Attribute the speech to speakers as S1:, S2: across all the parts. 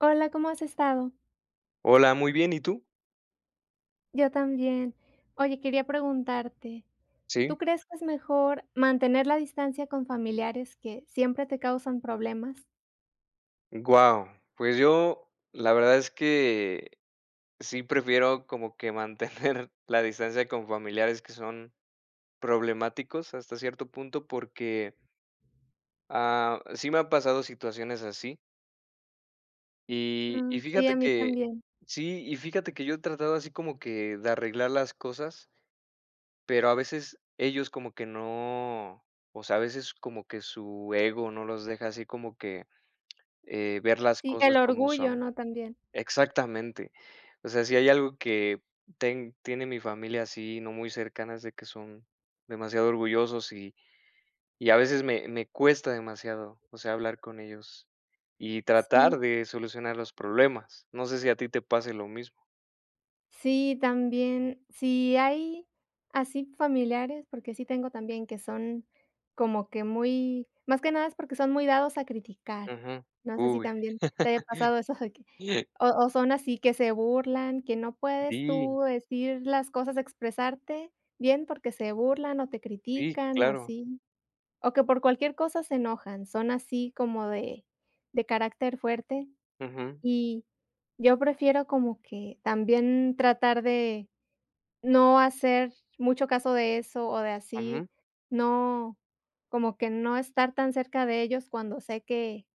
S1: Hola, ¿cómo has estado?
S2: Hola, muy bien, ¿y tú?
S1: Yo también. Oye, quería preguntarte,
S2: Sí,
S1: ¿tú crees que es mejor mantener la distancia con familiares que siempre te causan problemas?
S2: guau. Pues yo, la verdad es que sí prefiero como que mantener la distancia con familiares que son problemáticos hasta cierto punto, porque, ah, sí me han pasado situaciones así. Y
S1: Ah,
S2: y
S1: sí, a
S2: fíjate
S1: mí
S2: que
S1: también.
S2: sí, y fíjate que yo he tratado así como que de arreglar las cosas, pero a veces ellos como que no, o sea, a veces como que su ego no los deja así como que, ver las
S1: Sí, el
S2: cosas como
S1: orgullo,
S2: son.
S1: ¿no? También.
S2: Exactamente. O sea, si hay algo que ten tiene mi familia así, no muy cercana, es de que son demasiado orgullosos y a veces me cuesta demasiado, o sea, hablar con ellos y tratar
S1: Sí.
S2: de solucionar los problemas. No sé si a ti te pase lo mismo.
S1: Sí, también, si hay así familiares, porque sí tengo también que son como que muy más que nada es porque son muy dados a criticar.
S2: Ujú.
S1: No sé si
S2: Uy.
S1: también te haya pasado eso de que o o son así que se burlan, que no puedes
S2: Sí,
S1: tú decir las cosas, expresarte bien porque se burlan o te
S2: sí,
S1: critican o
S2: claro.
S1: así, o que por cualquier cosa se enojan, son así como de carácter fuerte.
S2: Ujú,
S1: Y yo prefiero como que también tratar de no hacer mucho caso de eso, o de así,
S2: ujú.
S1: no, como que no estar tan cerca de ellos cuando sé que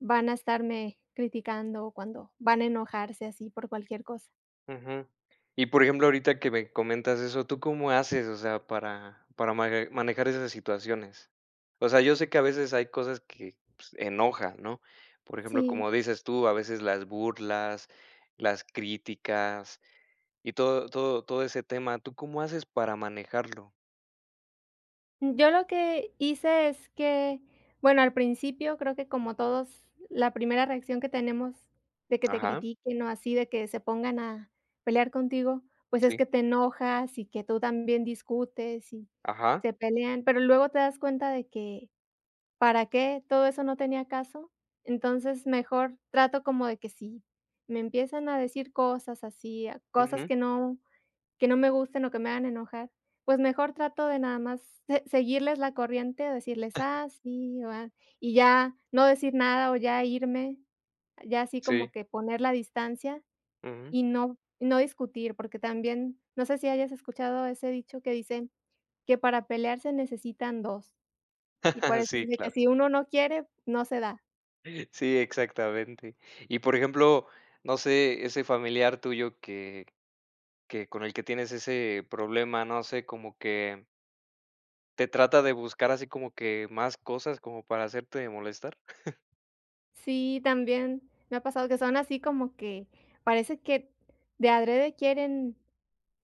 S1: van a estarme criticando, o cuando van a enojarse así por cualquier cosa.
S2: Ujú. Y, por ejemplo, ahorita que me comentas eso, ¿tú cómo haces, o sea, para maga manejar esas situaciones? O sea, yo sé que a veces hay cosas que, pues, enojan, ¿no? Por ejemplo,
S1: Sí.
S2: como dices tú, a veces las burlas, las críticas y todo ese tema, ¿tú cómo haces para manejarlo?
S1: Yo lo que hice es que, bueno, al principio creo que como todos, la primera reacción que tenemos de que te
S2: Ajá,
S1: critiquen o así, de que se pongan a pelear contigo, pues es
S2: sí,
S1: que te enojas y que tú también discutes y
S2: ajá,
S1: se pelean, pero luego te das cuenta de que para qué todo eso no tenía caso. Entonces, mejor trato como de que si me empiezan a decir cosas así, cosas
S2: ujú,
S1: que no me gusten o que me hagan enojar, pues mejor trato de nada más se seguirles la corriente, decirles: "Ah, sí", o ah, y ya no decir nada o ya irme, ya así como
S2: sí,
S1: que poner la distancia
S2: ujú.
S1: y no discutir, porque también, no sé si hayas escuchado ese dicho que dice que para pelear se necesitan 2 y por eso
S2: Sí,
S1: es de
S2: claro.
S1: que si uno no quiere, no se da.
S2: Sí, exactamente. Y, por ejemplo, no sé, ese familiar tuyo que con el que tienes ese problema, no sé, como que te trata de buscar así como que más cosas como para hacerte molestar.
S1: Sí, también me ha pasado que son así como que parece que de adrede quieren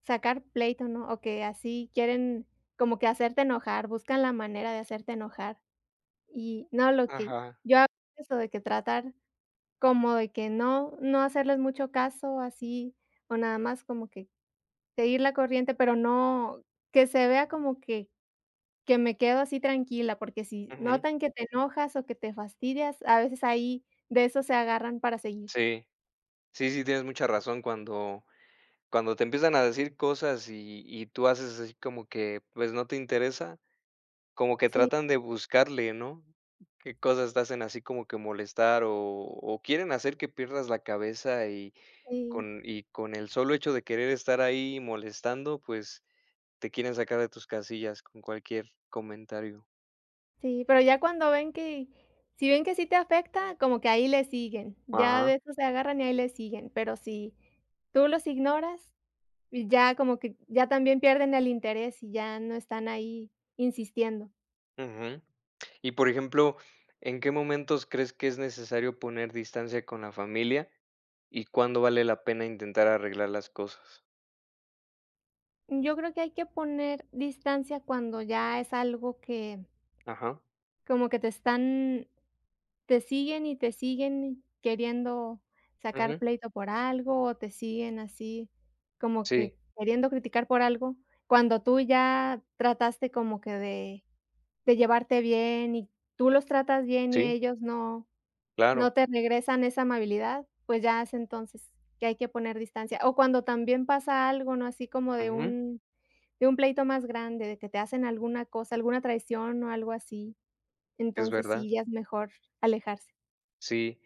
S1: sacar pleito, ¿no? O que así quieren como que hacerte enojar, buscan la manera de hacerte enojar. Y no, lo que
S2: Ajá,
S1: yo hago es eso de que tratar como de que no hacerles mucho caso así, o nada más como que seguir la corriente, pero no que se vea como que me quedo así tranquila, porque si
S2: ujú.
S1: notan que te enojas o que te fastidias, a veces ahí de eso se agarran para seguir.
S2: Sí, sí, sí, tienes mucha razón cuando te empiezan a decir cosas y tú haces así como que, pues, no te interesa, como que
S1: Sí,
S2: tratan de buscarle, ¿no? Qué cosas te hacen así como que molestar o quieren hacer que pierdas la cabeza y
S1: sí,
S2: con el solo hecho de querer estar ahí molestando, pues te quieren sacar de tus casillas con cualquier comentario.
S1: sí, pero ya cuando ven que si ven que sí te afecta, como que ahí le siguen, ya
S2: Ajá.
S1: de eso se agarran y ahí le siguen, pero si tú los ignoras, y ya como que ya también pierden el interés y ya no están ahí insistiendo.
S2: Ujú. Y, por ejemplo, ¿en qué momentos crees que es necesario poner distancia con la familia y cuándo vale la pena intentar arreglar las cosas?
S1: Yo creo que hay que poner distancia cuando ya es algo que
S2: Ajá.
S1: como que te están Te siguen y te siguen queriendo sacar
S2: Ujú.
S1: pleito por algo, o te siguen así como
S2: Sí,
S1: que queriendo criticar por algo, cuando tú ya trataste como que de llevarte bien y tú los tratas bien y
S2: sí,
S1: ellos no no
S2: claro.
S1: te regresan esa amabilidad, pues ya es entonces que hay que poner distancia. O cuando también pasa algo, ¿no? Así como
S2: Ujú.
S1: de un pleito más grande, de que te hacen alguna cosa, alguna traición o algo así,
S2: Es
S1: entonces
S2: verdad,
S1: sí, ya es mejor alejarse.
S2: sí.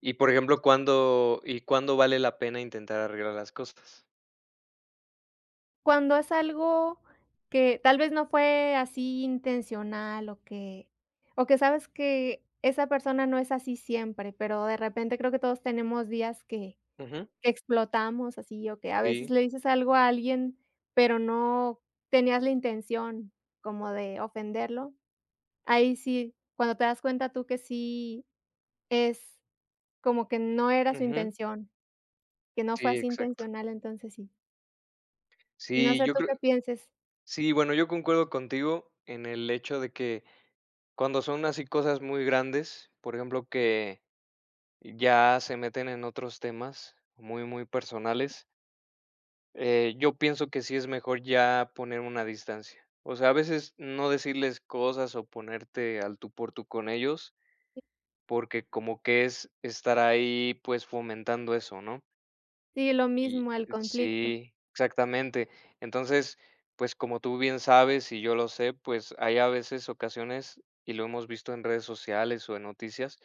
S2: Y, por ejemplo, ¿cuándo vale la pena intentar arreglar las cosas?
S1: Cuando es algo que tal vez no fue así intencional o que sabes que esa persona no es así siempre, pero de repente creo que todos tenemos días
S2: Ujú.
S1: que explotamos así, o que a
S2: Sí,
S1: veces le dices algo a alguien, pero no tenías la intención como de ofenderlo. Ahí sí, cuando te das cuenta tú que sí es como que no era su
S2: ujú.
S1: intención, que no fue
S2: Sí,
S1: así
S2: exacto.
S1: intencional, entonces sí. No
S2: Sí,
S1: sé
S2: yo
S1: tú
S2: creo
S1: qué pienses.
S2: sí, bueno, yo concuerdo contigo en el hecho de que cuando son así cosas muy grandes, por ejemplo, que ya se meten en otros temas muy, muy personales, yo pienso que sí es mejor ya poner una distancia. O sea, a veces no decirles cosas o ponerte al tú por tú con ellos, porque como que es estar ahí pues fomentando eso, ¿no?
S1: Sí, lo
S2: Y
S1: mismo, el conflicto.
S2: sí, exactamente. Entonces, pues, como tú bien sabes y yo lo sé, pues, hay a veces ocasiones, y lo hemos visto en redes sociales o en noticias,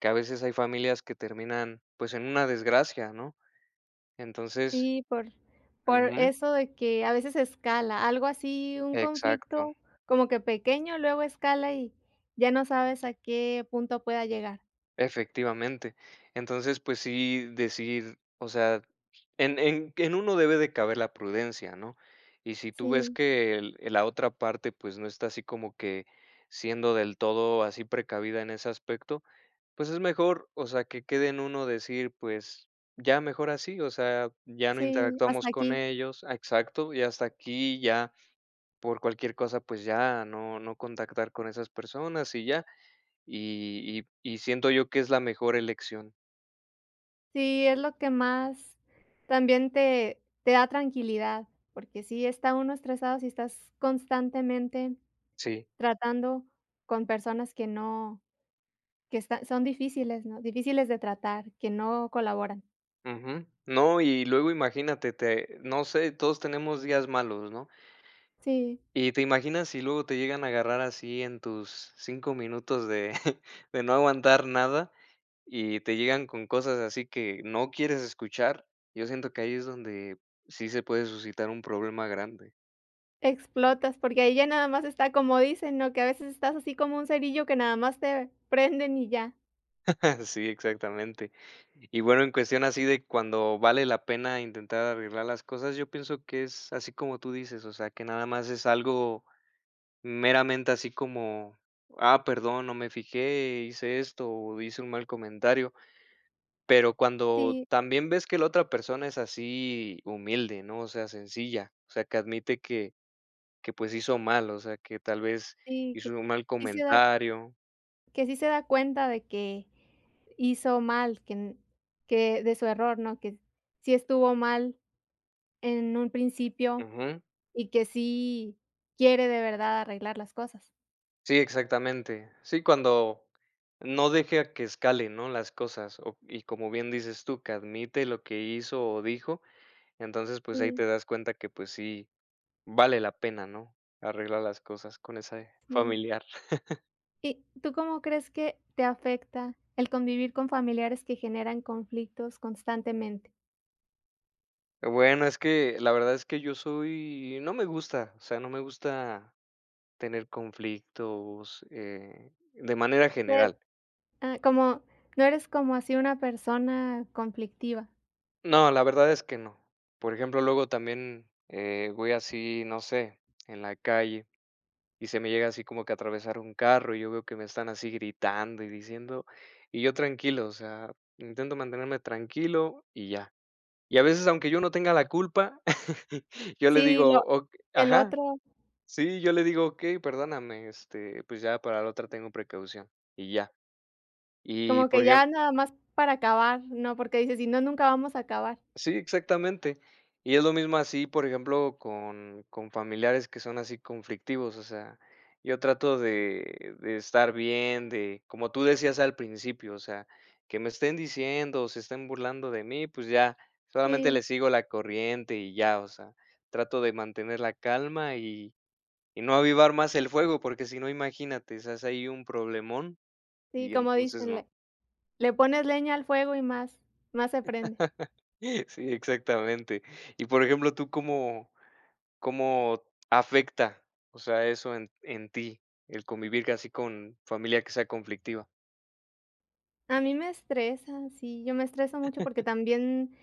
S2: que a veces hay familias que terminan, pues, en una desgracia, ¿no? Entonces
S1: Sí, por
S2: ujú,
S1: eso de que a veces escala, algo así, un
S2: exacto.
S1: conflicto como que pequeño, luego escala y ya no sabes a qué punto pueda llegar.
S2: Efectivamente. Entonces, pues sí, decir, o sea, en uno debe de caber la prudencia, ¿no? Y si tú ves
S1: Sí,
S2: que el la otra parte, pues, no está así como que siendo del todo así precavida en ese aspecto, pues es mejor, o sea, que quede en uno decir, pues, ya mejor así, o sea, ya no
S1: sí,
S2: interactuamos
S1: hasta
S2: con
S1: aquí.
S2: ellos, ah, exacto, y hasta aquí, ya por cualquier cosa, pues ya no contactar con esas personas y ya. Y siento yo que es la mejor elección.
S1: Sí, es lo que más también te te da tranquilidad, porque si está uno estresado si estás constantemente
S2: Sí,
S1: tratando con personas que no que está son difíciles, ¿no? Difíciles de tratar, que no colaboran.
S2: ujú. No, y luego imagínate, te no sé, todos tenemos días malos, ¿no?
S1: Sí.
S2: Y te imaginas si luego te llegan a agarrar así en tus 5 minutos de de no aguantar nada, y te llegan con cosas así que no quieres escuchar. Yo siento que ahí es donde sí se puede suscitar un problema grande.
S1: Explotas, porque ahí ya nada más está como dicen, ¿no? Que a veces estás así como un cerillo que nada más te prenden y ya.
S2: Sí, exactamente. Y bueno, en cuestión así de cuando vale la pena intentar arreglar las cosas, yo pienso que es así como tú dices, o sea, que nada más es algo meramente así como, ah, perdón, no me fijé, hice esto o hice un mal comentario, pero cuando
S1: Sí,
S2: también ves que la otra persona es así humilde, ¿no? O sea, sencilla, o sea, que admite que pues hizo mal, o sea, que tal vez
S1: sí, que
S2: hizo un mal
S1: sí se da
S2: comentario.
S1: que sí se da cuenta de que hizo mal, que de su error, ¿no? Que sí estuvo mal en un principio y que sí quiere de verdad arreglar las cosas.
S2: Sí, exactamente. Sí, cuando no deje a que escalen, ¿no? Las cosas, o y como bien dices tú, que admite lo que hizo o dijo, entonces, pues, ahí
S1: Sí,
S2: te das cuenta que, pues, sí vale la pena, ¿no? Arreglar las cosas con esa
S1: sí.
S2: familiar.
S1: ¿Y tú cómo crees que te afecta el convivir con familiares que generan conflictos constantemente?
S2: Bueno, es que la verdad es que yo soy no me gusta, o sea, no me gusta tener conflictos, de manera general.
S1: Ah, como no eres como así una persona conflictiva.
S2: No, la verdad es que no. Por ejemplo, luego también, voy así, no sé, en la calle y se me llega así como que a atravesar un carro, y yo veo que me están así gritando y diciendo, y yo tranquilo, o sea, intento mantenerme tranquilo y ya. Y a veces, aunque yo no tenga la culpa, yo le
S1: Sí,
S2: digo:
S1: lo
S2: "Ok".
S1: el
S2: Ajá,
S1: otro,
S2: sí, yo le digo: "Okey, perdóname, este, pues ya para la otra tengo precaución", y ya. Y,
S1: como que
S2: por ejem
S1: ya nada más para acabar, ¿no? Porque dices: "Si no, nunca vamos a acabar".
S2: Sí, exactamente. Y es lo mismo así, por ejemplo, con familiares que son así conflictivos, o sea, yo trato de estar bien, de como tú decías al principio, o sea, que me estén diciendo o se estén burlando de mí, pues ya, solamente le
S1: Sí,
S2: sigo la corriente y ya, o sea, trato de mantener la calma y no avivar más el fuego, porque si no, imagínate, estás ahí un problemón
S1: sí,
S2: y
S1: como
S2: entonces
S1: dicen,
S2: no.
S1: le le pones leña al fuego y más más se prende.
S2: Sí, exactamente. Y por ejemplo, ¿tú cómo ¿Cómo afecta, o sea, eso en ti, el convivir casi con familia que sea conflictiva?
S1: A mí me estresa, sí, yo me estreso mucho porque también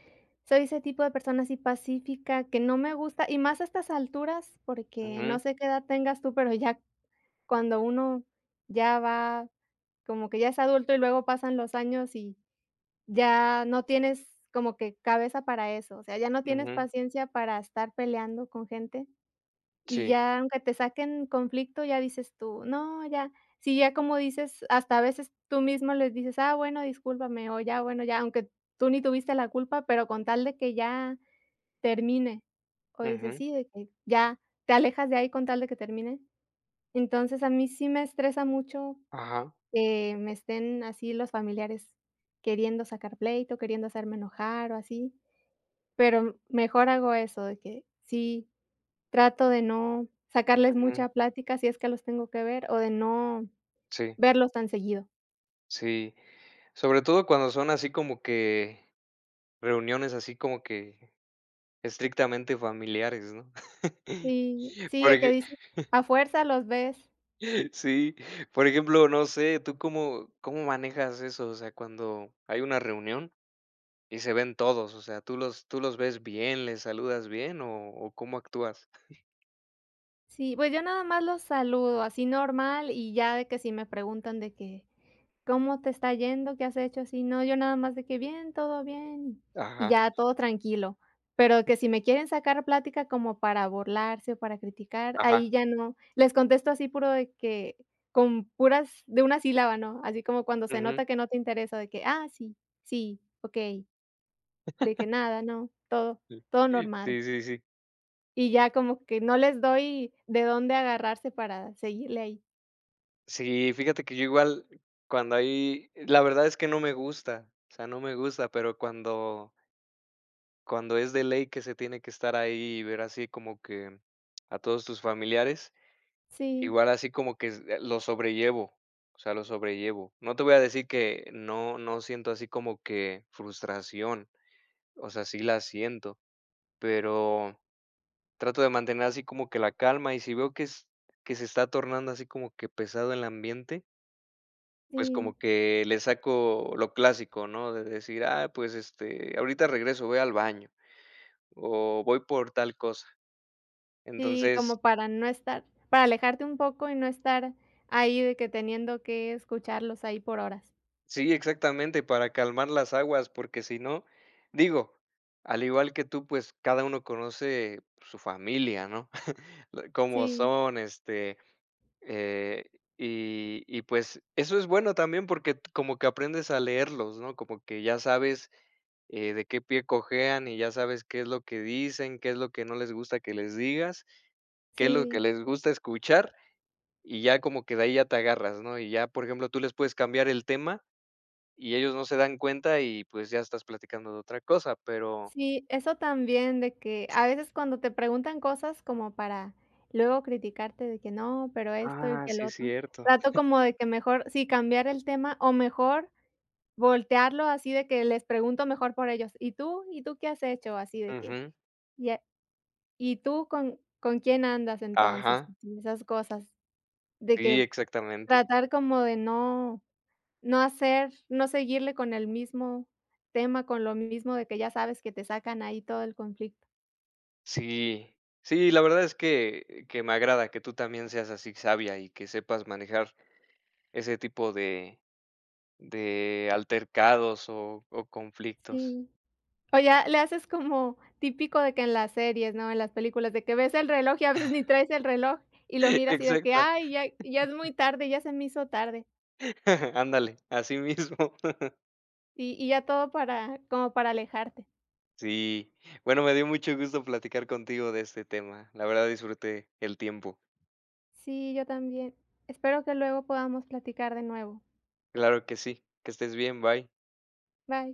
S1: soy ese tipo de persona así pacífica que no me gusta, y más a estas alturas, porque
S2: Ujú,
S1: no sé qué edad tengas tú, pero ya cuando uno ya va como que ya es adulto y luego pasan los años y ya no tienes como que cabeza para eso, o sea, ya no tienes
S2: ujú,
S1: paciencia para estar peleando con gente y
S2: sí,
S1: ya aunque te saquen conflicto, ya dices tú: "No, ya". Sí, ya como dices, hasta a veces tú mismo les dices: "Ah, bueno, discúlpame", o ya, bueno, ya, aunque tú ni tuviste la culpa, pero con tal de que ya termine, o dices:
S2: ujú,
S1: "Sí, de que ya", te alejas de ahí con tal de que termine. Entonces, a mí sí me estresa mucho
S2: ajá,
S1: que me estén así los familiares queriendo sacar pleito, queriendo hacerme enojar o así, pero mejor hago eso, de que sí trato de no sacarles
S2: ujú,
S1: mucha plática si es que los tengo que ver o de no
S2: sí,
S1: verlos tan seguido.
S2: sí. Sobre todo cuando son así como que reuniones así como que estrictamente familiares, ¿no?
S1: Sí, sí, o que
S2: Porque
S1: dices, a fuerza los ves.
S2: sí, por ejemplo, no sé, ¿tú cómo manejas eso? O sea, cuando hay una reunión y se ven todos, o sea, ¿tú los ves bien, les saludas bien o cómo actúas?
S1: Sí, pues yo nada más los saludo así normal y ya de que si me preguntan de que ¿Cómo te está yendo? ¿Qué has hecho? Así, no, yo nada más de que bien, todo bien, y
S2: Ajá,
S1: ya todo tranquilo. Pero que si me quieren sacar plática como para burlarse o para criticar,
S2: ajá,
S1: ahí ya no. Les contesto así puro de que con puras de una sílaba, ¿no? Así como cuando se
S2: ujú.
S1: nota que no te interesa, de que: "Ah, sí, sí, okey", de que: "Nada, no, todo, todo normal".
S2: Sí, sí, sí. Sí,
S1: Y ya como que no les doy de dónde agarrarse para seguirle ahí.
S2: sí, fíjate que yo igual cuando hay la verdad es que no me gusta, o sea, no me gusta, pero cuando es de ley que se tiene que estar ahí y ver así como que a todos tus familiares,
S1: Sí,
S2: igual así como que s lo sobrellevo, o sea, lo sobrellevo. No te voy a decir que no siento así como que frustración, o sea, sí la siento. Pero trato de mantener así como que la calma, y si veo que es que se está tornando así como que pesado el ambiente, pues,
S1: sí.
S2: como que le saco lo clásico, ¿no? De decir: "Ah, pues, este, ahorita regreso, voy al baño, o voy por tal cosa".
S1: Sí,
S2: Entonces
S1: como para no estar para alejarte un poco y no estar ahí de que teniendo que escucharlos ahí por horas.
S2: sí, exactamente, para calmar las aguas, porque si no digo, al igual que tú, pues, cada uno conoce su familia, ¿no? Cómo
S1: Sí,
S2: son, este, Eh, y pues, eso es bueno también porque t como que aprendes a leerlos, ¿no? Como que ya sabes, de qué pie cojean y ya sabes qué es lo que dicen, qué es lo que no les gusta que les digas, qué es lo que
S1: sí,
S2: les gusta escuchar, y ya como que de ahí ya te agarras, ¿no? Y ya, por ejemplo, tú les puedes cambiar el tema y ellos no se dan cuenta y, pues, ya estás platicando de otra cosa, pero
S1: sí, eso también de que a veces cuando te preguntan cosas como para luego criticarte de que no, pero esto y
S2: ah,
S1: que el
S2: sí es
S1: otro,
S2: cierto.
S1: trato como de que mejor sí cambiar el tema o mejor voltearlo así de que les pregunto mejor por ellos, ¿y tú? ¿Y tú qué has hecho? Así de que,
S2: Ujú.
S1: ¿y a y tú con quién andas entonces?
S2: Ajá.
S1: Así, esas cosas de
S2: Sí,
S1: que
S2: exactamente.
S1: tratar como de no no hacer no seguirle con el mismo tema, con lo mismo de que ya sabes que te sacan ahí todo el conflicto.
S2: Sí, sí, la verdad es que me agrada que tú también seas así sabia y que sepas manejar ese tipo de altercados o conflictos.
S1: Sí. O ya le haces como típico de que en las series, ¿no? En las películas, de que ves el reloj y a veces ni traes el reloj y lo miras y de que:
S2: Exacto.
S1: "Ay, ya ya es muy tarde, ya se me hizo tarde",
S2: Ándale, así mismo.
S1: y ya todo para como para alejarte.
S2: Sí. Bueno, me dio mucho gusto platicar contigo de este tema. La verdad disfruté el tiempo.
S1: Sí, yo también. Espero que luego podamos platicar de nuevo.
S2: Claro que sí. Que estés bien, bye.
S1: Bye.